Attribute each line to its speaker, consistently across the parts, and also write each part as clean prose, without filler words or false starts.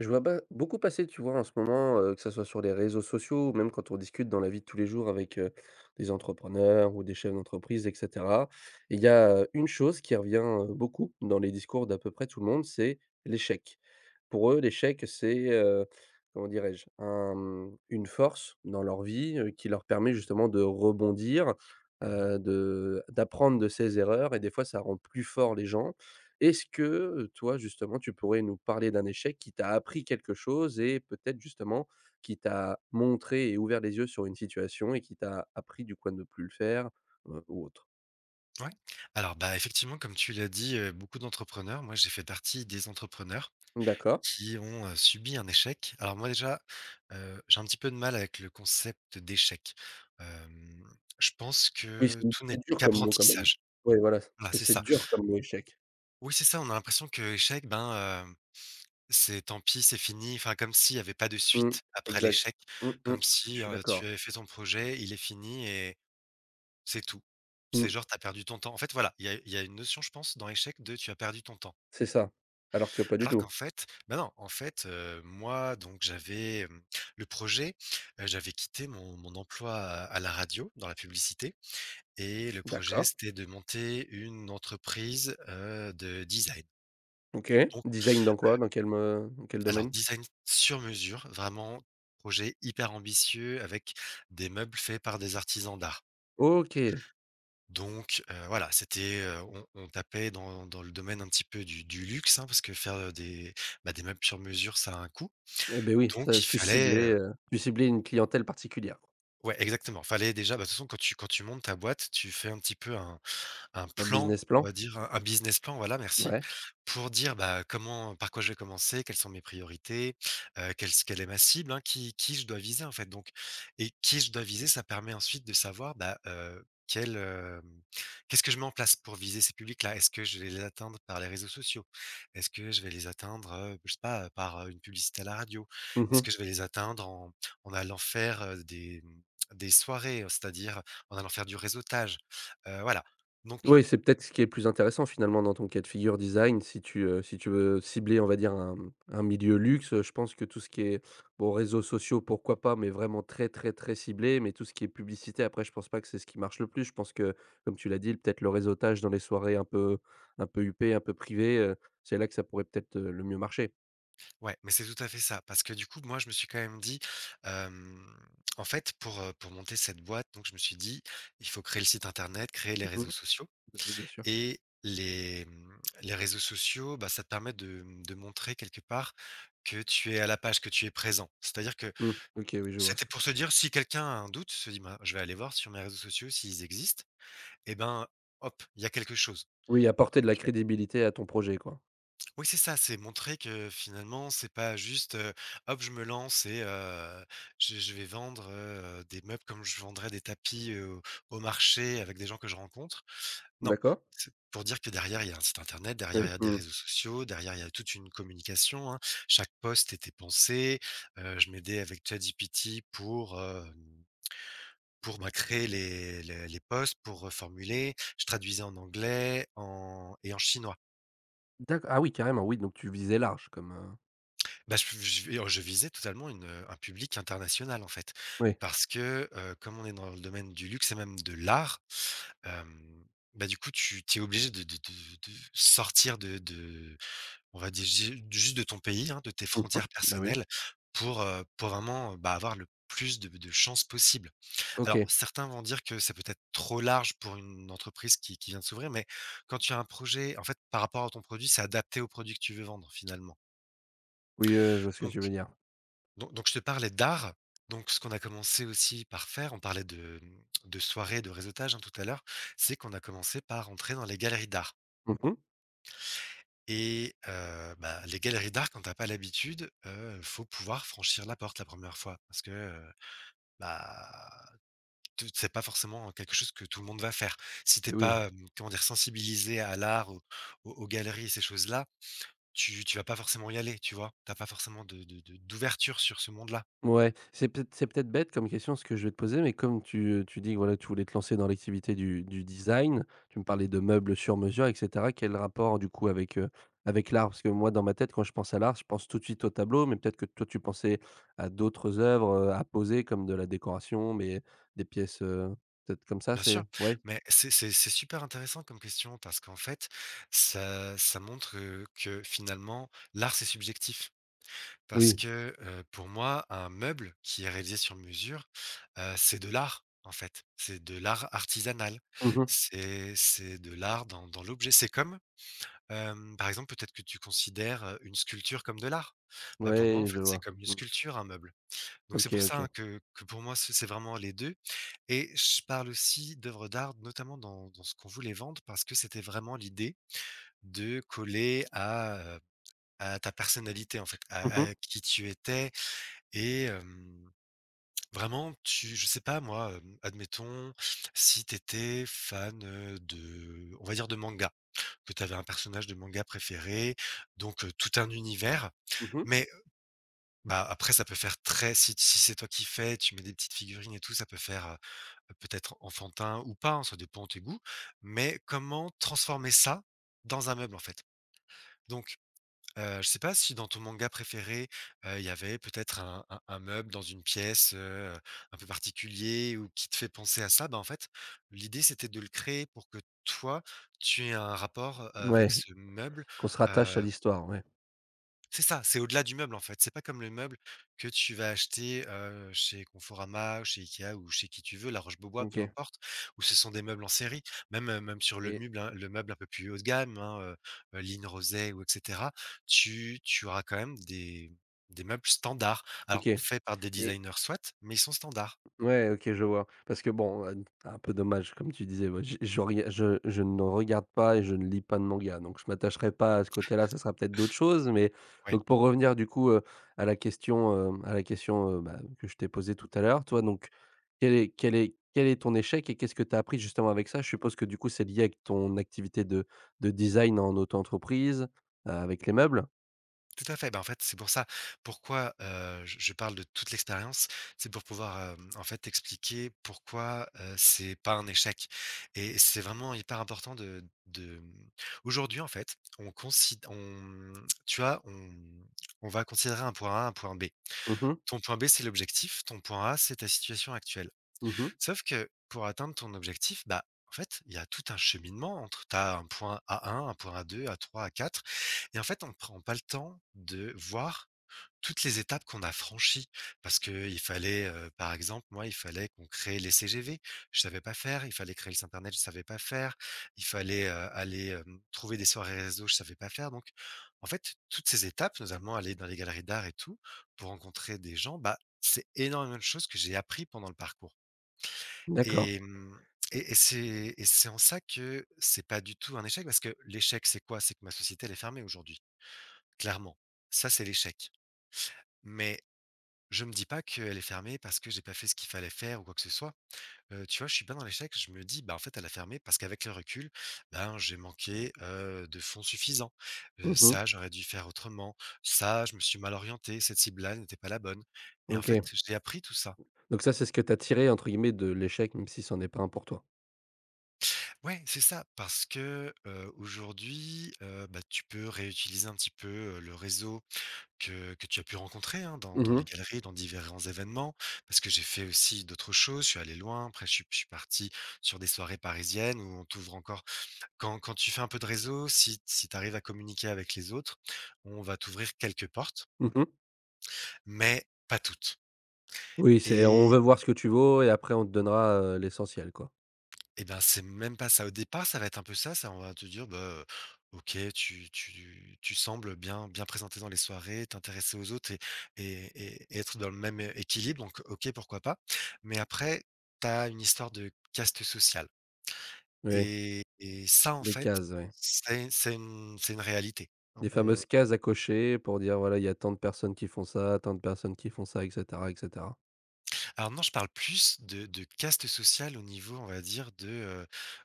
Speaker 1: Je vois ba beaucoup passer, tu vois, en ce moment, que ça soit sur les réseaux sociaux ou même quand on discute dans la vie de tous les jours avec, des entrepreneurs ou des chefs d'entreprise et cetera. Il y a, une chose qui revient, beaucoup dans les discours d'à peu près tout le monde, c'est l'échec. Pour eux, l'échec, c'est, comment dirais-je? Un, mmh, une force dans leur vie, qui leur permet justement de rebondir,
Speaker 2: Mmh.
Speaker 1: de d'apprendre de ses erreurs et des fois ça rend plus fort les gens. Est-ce que, toi, justement, tu pourrais nous parler d'un échec qui t'a appris quelque chose et peut-être, justement, qui t'a montré et ouvert les yeux sur une situation et qui t'a appris, du coup, à ne plus le faire, ou autre?
Speaker 2: Ouais. Alors, bah, effectivement, comme tu l'as dit, beaucoup d'entrepreneurs moi, j'ai fait partie des entrepreneurs
Speaker 1: D'accord.
Speaker 2: qui ont, subi un échec. Alors moi, déjà, j'ai un petit peu de mal avec le concept d'échec. Hem, je pense
Speaker 1: Oui,
Speaker 2: que
Speaker 1: c'est
Speaker 2: tout n'est
Speaker 1: dur comme mot, quand même.
Speaker 2: qu'apprentissage.
Speaker 1: Oui, voilà, parce
Speaker 2: Voilà,
Speaker 1: que
Speaker 2: c'est
Speaker 1: c'est
Speaker 2: ça.
Speaker 1: dur comme mot, échec.
Speaker 2: Oui, c'est ça, on a l'impression que échec, ben, c'est tant pis, c'est fini. Enfin, comme s'il n'y avait pas de
Speaker 1: Mmh,
Speaker 2: suite après
Speaker 1: exact.
Speaker 2: l'échec,
Speaker 1: Mmh mh.
Speaker 2: comme
Speaker 1: Je
Speaker 2: si,
Speaker 1: suis
Speaker 2: tu
Speaker 1: d'accord.
Speaker 2: avais fait ton projet, il est fini et c'est tout. C'est
Speaker 1: Mmh,
Speaker 2: genre tu as perdu ton temps. En fait, voilà, il y a une notion, je pense, dans échec de tu as perdu ton temps.
Speaker 1: c'est ça. Alors que pas du
Speaker 2: Alors
Speaker 1: tout.
Speaker 2: qu'en fait, bah, non, en fait, moi donc j'avais, le projet, j'avais quitté mon emploi à la radio, dans la publicité et le projet,
Speaker 1: D'accord.
Speaker 2: c'était de monter une entreprise, de design.
Speaker 1: OK.
Speaker 2: Donc
Speaker 1: Design dans quoi? Dans quel me dans quel
Speaker 2: alors
Speaker 1: domaine?
Speaker 2: design sur mesure, vraiment projet hyper ambitieux avec des meubles faits par des artisans d'art.
Speaker 1: OK.
Speaker 2: Donc voilà, c'était, on tapait dans le domaine un petit peu du luxe, hein, parce que faire, des meubles sur mesure, ça a un coût.
Speaker 1: Eh ben oui,
Speaker 2: Donc
Speaker 1: ça
Speaker 2: il fallait,
Speaker 1: tu ciblais une clientèle particulière.
Speaker 2: ouais, exactement, fallait déjà, bah, de toute façon, quand tu montes ta boîte, tu fais un petit peu un
Speaker 1: Un
Speaker 2: plan,
Speaker 1: business
Speaker 2: on
Speaker 1: plan?
Speaker 2: va dire, un business plan, voilà, merci,
Speaker 1: Ouais.
Speaker 2: pour dire, bah, comment par quoi je vais commencer, quelles sont mes priorités, quelle est ma cible, hein, qui je dois viser, en fait, donc et qui je dois viser, ça permet ensuite de savoir, bah, qu'est-ce que je mets en place pour viser ces publics-là? Est-ce que je vais les atteindre par les réseaux sociaux? Est-ce que je vais les atteindre, je sais pas, par, une publicité à la radio? Est-ce
Speaker 1: Mmh.
Speaker 2: que je vais les atteindre en allant faire, des soirées, c'est-à-dire en allant faire du réseautage? Voilà, donc
Speaker 1: Oui, c'est peut-être ce qui est le plus intéressant finalement dans ton cas de figure design. Si tu, si tu veux cibler, on va dire un, mmh, un milieu luxe, je pense que tout ce qui est, bon, réseaux sociaux, pourquoi pas, mais vraiment très, très, très ciblé. Mais tout ce qui est publicité, après, je pense pas que c'est ce qui marche le plus. Je pense que, comme tu l'as dit, peut-être le réseautage dans les soirées un peu huppées, un peu privées, c'est là que ça pourrait peut-être, le mieux marcher.
Speaker 2: ouais, mais c'est tout à fait ça. Parce que du coup, moi, je me suis quand même dit, hem, en fait, pour monter cette boîte, donc je me suis dit: «Il faut créer le site internet, créer les
Speaker 1: Mmh.
Speaker 2: réseaux sociaux»
Speaker 1: Bah, oui, bien sûr.
Speaker 2: et les réseaux sociaux, bah, ça te permet de montrer quelque part que tu es à la page, que tu es présent. C'est-à-dire que
Speaker 1: Mmh. OK, oui, je vois ce
Speaker 2: c'était
Speaker 1: que
Speaker 2: pour se dire si quelqu'un a un doute, se dit: «Ben, je vais aller voir sur mes réseaux sociaux s'ils existent» et ben, hop, il y a quelque chose.
Speaker 1: oui, apporter de la crédibilité à ton projet, quoi.
Speaker 2: Oui, c'est ça, c'est montrer que finalement, c'est pas juste, hop, je me lance et je vais vendre, des meubles comme je vendrais des tapis, au marché avec des gens que je rencontre. Non,
Speaker 1: D'accord.
Speaker 2: c'est pour dire que derrière, il y a un site internet, derrière, il
Speaker 1: Oui.
Speaker 2: y a des
Speaker 1: Mmh.
Speaker 2: réseaux sociaux, derrière, il y a toute une communication, hein. Chaque post était pensé, je m'aidais avec ChatGPT pour, pour, bah, créer les posts, pour reformuler. Je traduisais en anglais, en et en chinois.
Speaker 1: D'acc ah oui, carrément, oui, donc tu visais large comme,
Speaker 2: Bah, je visais totalement un public international, en fait.
Speaker 1: Oui.
Speaker 2: Parce que, comme on est dans le domaine du luxe et même de l'art, hem, bah, du coup, tu es obligé de sortir de, on va dire, ju juste de ton pays, hein, de tes
Speaker 1: Mmh mh.
Speaker 2: frontières
Speaker 1: Bah, oui.
Speaker 2: personnelles pour vraiment, bah, avoir le plus de chances possible. Alors
Speaker 1: OK.
Speaker 2: certains vont dire que c'est peut-être trop large pour une entreprise qui vient de s'ouvrir, mais quand tu as un projet en fait, par rapport à ton produit, c'est adapté au produit que tu veux vendre, finalement.
Speaker 1: Oui, je vois ce que tu veux dire.
Speaker 2: Donc je te parlais d'art, donc ce qu'on a commencé aussi par faire, on parlait de soirée, de réseautage, hein, tout à l'heure, c'est qu'on a commencé par entrer dans les galeries d'art
Speaker 1: Mmh mh.
Speaker 2: et bah, les galeries d'art quand t'as pas l'habitude, faut pouvoir franchir la porte la première fois parce que, bah, te c'est pas forcément quelque chose que tout le monde va faire. Si t'es
Speaker 1: Et oui.
Speaker 2: pas, comment dire? Sensibilisé à l'art, aux galeries et ces choses-là, tu vas pas forcément y aller, tu vois? T'as pas forcément de d'ouverture sur ce monde-là.
Speaker 1: Ouais, c'est peut-être bête comme question ce que je vais te poser, mais comme tu dis que voilà, tu voulais te lancer dans l'activité du design, tu me parlais
Speaker 2: Mmh.
Speaker 1: de meubles sur mesure et cetera. Quel rapport du coup avec, avec l'art? Parce que moi dans ma tête quand je pense à l'art, je pense tout de suite au tableau, mais peut-être que toi tu pensais à d'autres œuvres, à poser comme de la décoration, mais des pièces, peut-être comme ça,
Speaker 2: Bien
Speaker 1: c'est
Speaker 2: sûr,
Speaker 1: ouais?
Speaker 2: mais c'est super intéressant comme question parce qu'en fait, ça montre, que finalement l'art c'est subjectif. Parce
Speaker 1: Oui.
Speaker 2: que, pour moi, un meuble qui est réalisé sur mesure, c'est de l'art en fait. C'est de l'art artisanal.
Speaker 1: Mmh mh.
Speaker 2: C'est de l'art dans l'objet. C'est comme, par exemple, peut-être que tu considères, une sculpture comme de l'art. Bah, pour moi, en
Speaker 1: Ouais, je
Speaker 2: fait, c'est
Speaker 1: vois.
Speaker 2: comme une
Speaker 1: Mmh.
Speaker 2: sculpture, un meuble. Donc c'est
Speaker 1: OK,
Speaker 2: pour ça,
Speaker 1: OK.
Speaker 2: hein, que pour moi, c'est vraiment les 2. Et je parle aussi d'œuvres d'art, notamment dans ce qu'on voulait vendre, parce que c'était vraiment l'idée de coller à ta personnalité, en fait, à
Speaker 1: Mmh mh.
Speaker 2: à qui tu étais et vraiment tu je sais pas moi, admettons, si tu étais fan, de, on va dire, de manga, que tu avais un personnage de manga préféré, donc tout un univers.
Speaker 1: Mmh.
Speaker 2: Mais bah, après ça peut faire très si c'est toi qui fais, tu mets des petites figurines et tout, ça peut faire, peut-être enfantin ou pas, hein, ça dépend de tes goûts, mais comment transformer ça dans un meuble, en fait? Donc, je sais pas si dans ton manga préféré, il y avait peut-être un meuble dans une pièce, un peu particulier ou qui te fait penser à ça, bah, en fait, l'idée c'était de le créer pour que toi, tu aies un rapport, avec
Speaker 1: Ouais,
Speaker 2: ce meuble,
Speaker 1: qu'on se rattache à l'histoire, ouais.
Speaker 2: c'est ça, c'est au-delà du meuble en fait. C'est pas comme le meuble que tu vas acheter, chez Conforama, ou chez IKEA ou chez qui tu veux, La Roche-Beaubois, peu
Speaker 1: OK.
Speaker 2: importe, où ce sont des meubles en série. Même sur le
Speaker 1: Et
Speaker 2: meuble, hein, le meuble un peu plus haut de gamme, hein, Line Rosé ou et cetera, tu auras quand même des meubles standards.
Speaker 1: OK.
Speaker 2: Alors faits par des
Speaker 1: Et
Speaker 2: designers soit, mais ils sont standards.
Speaker 1: ouais, OK, je vois. Parce que bon, un peu dommage comme tu disais, ouais, je ne regarde pas et je ne lis pas de manga, donc je m'attacherai pas à ce côté-là, ça sera peut-être d'autres choses, mais
Speaker 2: Ouais.
Speaker 1: donc pour revenir du coup, à la question, bah, que je t'ai posée tout à l'heure, toi donc quel est ton échec et qu'est-ce que tu as appris justement avec ça? Je suppose que du coup, c'est lié avec ton activité de design en auto-entreprise, avec les meubles?
Speaker 2: Tout à fait. Ben en fait, c'est pour ça. Pourquoi, je parle de toute l'expérience, c'est pour pouvoir, en fait, expliquer pourquoi, c'est pas un échec et c'est vraiment hyper important de, mmh aujourd'hui, en fait, on considère, tu vois, on va considérer un point A, un point B.
Speaker 1: Mmh mh.
Speaker 2: Ton point B, c'est l'objectif, ton point A, c'est ta situation actuelle.
Speaker 1: Mmh mh.
Speaker 2: Sauf que pour atteindre ton objectif, bah, en fait, il y a tout un cheminement entre tu as un point a deux, a trois, a quatre. Et en fait, on ne prend pas le temps de voir toutes les étapes qu'on a franchies, parce que il fallait, par exemple, moi, il fallait qu'on crée les CGV, je savais pas faire, il fallait créer le site internet, je savais pas faire, il fallait, aller, trouver des soirées réseaux, je savais pas faire donc en fait, toutes ces étapes, notamment aller dans les galeries d'art et tout, pour rencontrer des gens, bah, c'est énormément de choses que j'ai appris pendant le parcours
Speaker 1: D'accord.
Speaker 2: et hem et c'est en ça que c'est pas du tout un échec parce que l'échec, c'est quoi? C'est que ma société, elle est fermée aujourd'hui, clairement. Ça, c'est l'échec mais je me dis pas qu'elle est fermée parce que j'ai pas fait ce qu'il fallait faire ou quoi que ce soit. Tu vois, je suis bien dans l'échec, je me dis: «Bah, en fait, elle a fermé parce qu'avec le recul, ben, j'ai manqué, de fonds suffisants.
Speaker 1: Mmh mh.
Speaker 2: Ça, j'aurais dû faire autrement. Ça, je me suis mal orienté. Cette cible-là n'était pas la bonne» et en fait,
Speaker 1: OK.
Speaker 2: j'ai appris tout ça.
Speaker 1: Donc ça, c'est ce que tu as tiré entre guillemets de «l'échec», même si c'en est pas un pour toi?
Speaker 2: Ouais, c'est ça, parce que, aujourd'hui, bah, tu peux réutiliser un petit peu, le réseau que tu as pu rencontrer, hein, dans
Speaker 1: Mmh
Speaker 2: les
Speaker 1: mh.
Speaker 2: galeries, dans différents événements. Parce que j'ai fait aussi d'autres choses, je suis allé loin, après je suis parti sur des soirées parisiennes où on t'ouvre encore quand tu fais un peu de réseau, si tu arrives à communiquer avec les autres, on va t'ouvrir quelques portes,
Speaker 1: Mmh mh.
Speaker 2: mais pas toutes
Speaker 1: Oui, c'est on
Speaker 2: et
Speaker 1: veut voir ce que tu vaux et après on te donnera, l'essentiel, quoi.
Speaker 2: Et ben, c'est même pas ça. Au départ, ça va être un peu ça, ça on va te dire: «Bah, OK, tu sembles bien bien présentée dans les soirées, t'intéresser aux autres et être dans le même, équilibre, donc OK, pourquoi pas?» Mais après, tu as une histoire de caste sociale
Speaker 1: Oui,
Speaker 2: et ça, en
Speaker 1: les
Speaker 2: fait,
Speaker 1: cases, ouais.
Speaker 2: c'est une réalité.
Speaker 1: Les
Speaker 2: On
Speaker 1: fameuses cases à cocher pour dire: «Voilà, il y a tant de personnes qui font ça, tant de personnes qui font ça» et cetera et cetera.
Speaker 2: Alors non, je parle plus de caste sociale au niveau, on va dire,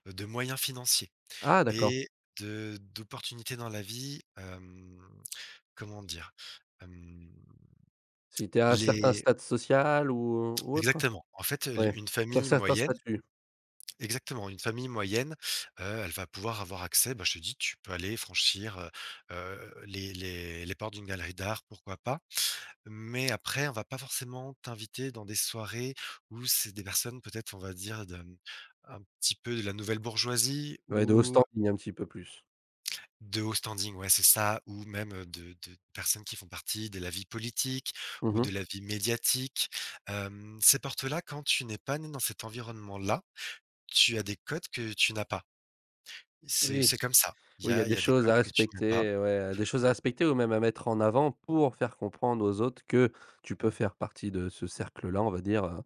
Speaker 2: de moyens financiers
Speaker 1: Ah d'accord.
Speaker 2: et de d'opportunités dans la vie. Hem Comment dire? Hem,
Speaker 1: Si tu es à un certain
Speaker 2: les
Speaker 1: stade social ou autre?
Speaker 2: Exactement. En fait, l
Speaker 1: Ouais,
Speaker 2: une
Speaker 1: c'est un
Speaker 2: famille
Speaker 1: certain
Speaker 2: moyenne,
Speaker 1: statut.
Speaker 2: exactement, une famille moyenne, elle va pouvoir avoir accès, bah, je te dis, tu peux aller franchir, les portes d'une galerie d'art, pourquoi pas? Mais après, on va pas forcément t'inviter dans des soirées où c'est des personnes peut-être, on va dire, de, un petit peu de la nouvelle bourgeoisie
Speaker 1: Ouais, de haut
Speaker 2: ou
Speaker 1: standing un petit peu plus.
Speaker 2: de haut standing, ouais, c'est ça, ou même, de personnes qui font partie de la vie politique
Speaker 1: Mmh
Speaker 2: ou
Speaker 1: mh.
Speaker 2: de la vie médiatique. Ces portes-là, quand tu n'es pas né dans cet environnement-là, tu as des codes que tu n'as pas. C'est
Speaker 1: Oui,
Speaker 2: c'est comme ça. Il y
Speaker 1: oui, il y a
Speaker 2: a il
Speaker 1: des
Speaker 2: y a des
Speaker 1: choses à
Speaker 2: codes que tu n'as pas.
Speaker 1: respecter, ouais, des choses à respecter ou même à mettre en avant pour faire comprendre aux autres que tu peux faire partie de ce cercle-là, on va dire,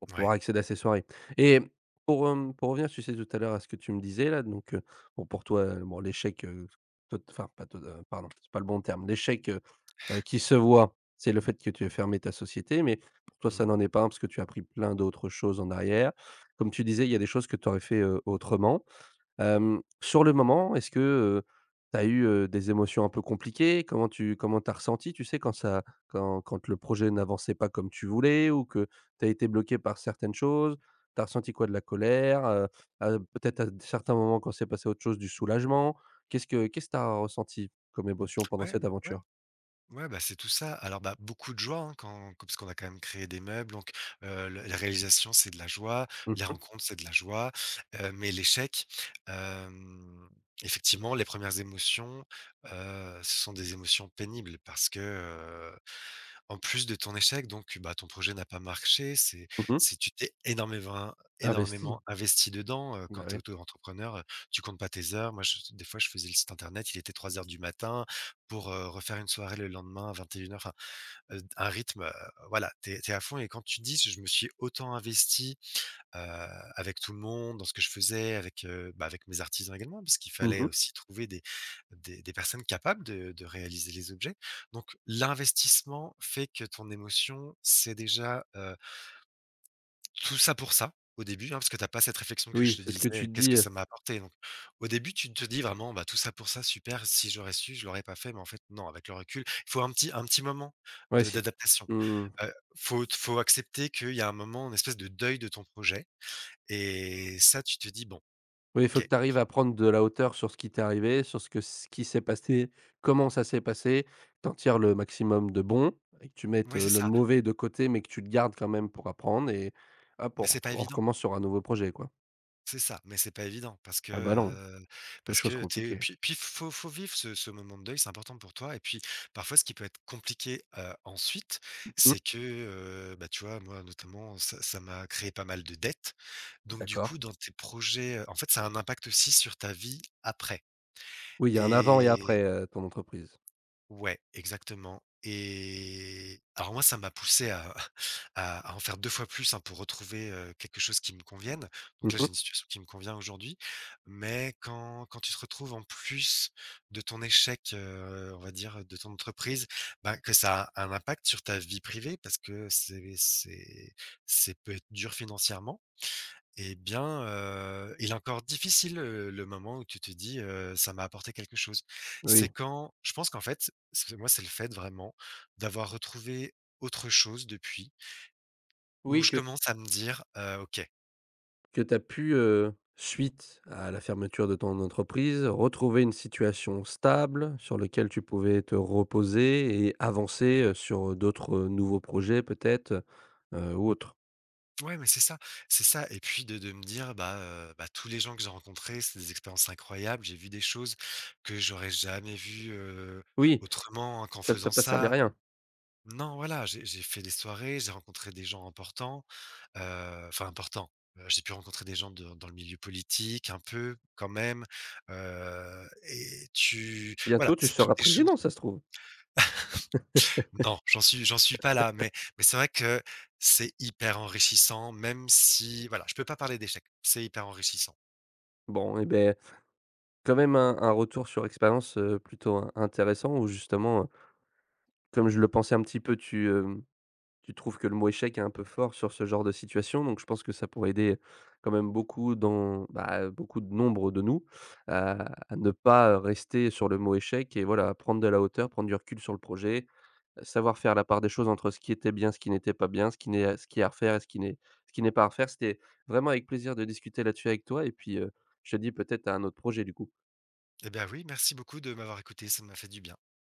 Speaker 1: Pour pouvoir
Speaker 2: Ouais.
Speaker 1: accéder à ces soirées et pour, pour revenir, tu sais, tout à l'heure à ce que tu me disais là, donc bon pour toi, l'échec, tot enfin pas tot pardon, c'est pas le bon terme. L'échec, qui se voit, c'est le fait que tu aies fermé ta société, mais pour toi, ça
Speaker 2: Mmh.
Speaker 1: n'en est pas un parce que tu as appris plein d'autres choses en arrière. Comme tu disais, il y a des choses que tu aurais fait, autrement. Hem, sur le moment, est-ce que, tu as eu, des émotions un peu compliquées? Comment t'as ressenti, tu sais, quand ça quand le projet n'avançait pas comme tu voulais ou que tu as été bloqué par certaines choses? Tu as ressenti quoi? De la colère, peut-être à certains moments quand c'est passé à autre chose, du soulagement? Qu'est-ce que tu as ressenti comme émotion pendant
Speaker 2: Ouais,
Speaker 1: cette
Speaker 2: ouais,
Speaker 1: aventure?
Speaker 2: ouais, bah, c'est tout ça. Alors, bah, beaucoup de joie, hein, quand parce qu'on a quand même créé des meubles, donc le la réalisation, c'est de la joie, les
Speaker 1: Mmh.
Speaker 2: rencontres, c'est de la joie, mais l'échec, hem, effectivement, les premières émotions, ce sont des émotions pénibles parce que, en plus de ton échec, donc bah, ton projet n'a pas marché,
Speaker 1: Mmh.
Speaker 2: c'est tu t'es énormément
Speaker 1: Investi.
Speaker 2: énormément investi dedans,
Speaker 1: Bah,
Speaker 2: quand tu es
Speaker 1: ouais.
Speaker 2: auto-entrepreneur, tu comptes pas tes heures. Moi, je des fois, je faisais le site internet, il était trois heures du matin pour, refaire une soirée le lendemain à 21:00, enfin, un rythme, voilà, tu es à fond et quand tu dis: «Je me suis autant investi», heu, avec tout le monde, dans ce que je faisais, avec, bah, avec mes artisans également, parce qu'il fallait
Speaker 1: Mmh.
Speaker 2: aussi trouver des personnes capables de réaliser les objets. Donc l'investissement fait que ton émotion, c'est déjà, tout ça pour ça, au début, hein, parce que tu as pas cette réflexion que
Speaker 1: Oui,
Speaker 2: je te
Speaker 1: c'est ce que tu
Speaker 2: disais:
Speaker 1: te
Speaker 2: «Qu'est-ce
Speaker 1: dis,
Speaker 2: que ça m'a apporté?» Donc au début, tu te dis vraiment: «Bah, tout ça pour ça, super, si j'aurais su, je l'aurais pas fait», mais en fait, non, avec le recul, il faut un petit moment
Speaker 1: ouais,
Speaker 2: de
Speaker 1: si t
Speaker 2: d'adaptation.
Speaker 1: mmh.
Speaker 2: Faut accepter qu'il y a un moment, une espèce de deuil de ton projet et ça, tu te dis: «Bon,
Speaker 1: Oui, il faut
Speaker 2: OK».
Speaker 1: que tu arrives à prendre de la hauteur sur ce qui t'est arrivé, sur ce qui s'est passé, comment ça s'est passé. Que Tu tires le maximum de bon et que tu mettes,
Speaker 2: Ouais, c'est
Speaker 1: le
Speaker 2: ça,
Speaker 1: mauvais de côté, mais que tu le gardes quand même pour apprendre et hop,
Speaker 2: mais c'est pas
Speaker 1: on
Speaker 2: évident.
Speaker 1: recommence sur un nouveau projet, quoi.
Speaker 2: C'est ça, mais c'est pas évident
Speaker 1: Ah bah non, des
Speaker 2: parce
Speaker 1: choses
Speaker 2: que tu
Speaker 1: compliquées.
Speaker 2: puis puis faut faut vivre ce moment de deuil, c'est important pour toi et puis parfois ce qui peut être compliqué, ensuite,
Speaker 1: Mmh,
Speaker 2: c'est que, bah, tu vois, moi notamment, ça m'a créé pas mal de dettes. Donc du coup,
Speaker 1: d'accord.
Speaker 2: dans tes projets, en fait, ça a un impact aussi sur ta vie après.
Speaker 1: Oui, il y a un avant et
Speaker 2: et
Speaker 1: après, ton entreprise.
Speaker 2: Ouais, exactement, et alors moi, ça m'a poussé à à en faire 2 fois plus, hein, pour retrouver, quelque chose qui me convienne. Donc là,
Speaker 1: Mmh
Speaker 2: j'ai une situation qui me convient aujourd'hui, mais quand tu te retrouves en plus de ton échec, on va dire, de ton entreprise, bah, que ça a un impact sur ta vie privée parce que c'est c'est peut être dur financièrement, eh bien, il est encore difficile, le moment où tu te dis, «Ça m'a apporté quelque chose». C'est
Speaker 1: oui.
Speaker 2: quand je pense qu'en fait, c'est moi, c'est le fait vraiment d'avoir retrouvé autre chose depuis, où
Speaker 1: Oui,
Speaker 2: je commence à me dire: OK,
Speaker 1: que tu as pu, suite à la fermeture de ton entreprise, retrouver une situation stable sur laquelle tu pouvais te reposer et avancer, sur, d'autres, nouveaux projets peut-être, ou autres.
Speaker 2: ouais, mais c'est ça, c'est ça», et puis de me dire: «Bah, bah, tous les gens que j'ai rencontrés, c'est des expériences incroyables, j'ai vu des choses que j'aurais jamais vues,
Speaker 1: Oui,
Speaker 2: autrement hein, qu'en
Speaker 1: ça ne t'a
Speaker 2: faisant
Speaker 1: pas servi à
Speaker 2: ça».
Speaker 1: rien.
Speaker 2: Non, voilà, j'ai fait des soirées, j'ai rencontré des gens importants. Enfin important. J'ai pu rencontrer des gens de dans le milieu politique un peu quand même, et tu
Speaker 1: Bientôt
Speaker 2: voilà,
Speaker 1: tu
Speaker 2: c'est
Speaker 1: seras
Speaker 2: toutes des choses.
Speaker 1: président ça se trouve.
Speaker 2: Non, j'en suis pas là, mais c'est vrai que c'est hyper enrichissant, même si voilà, je peux pas parler d'échec. C'est hyper enrichissant.
Speaker 1: Bon et ben quand même un retour sur expérience, plutôt in intéressant où justement, comme je le pensais un petit peu tu, tu trouves que le mot échec est un peu fort sur ce genre de situation, donc je pense que ça pourrait aider quand même beaucoup dans bah, beaucoup de nombre de nous à à ne pas rester sur le mot échec et voilà, prendre de la hauteur, prendre du recul sur le projet, savoir faire la part des choses entre ce qui était bien, ce qui n'était pas bien, ce qui n'est ce qui est à refaire et ce qui n'est pas à refaire. C'était vraiment avec plaisir de discuter là-dessus avec toi et puis, je te dis peut-être à un autre projet du coup.
Speaker 2: Eh bien, oui, merci beaucoup de m'avoir écouté, ça m'a fait du bien.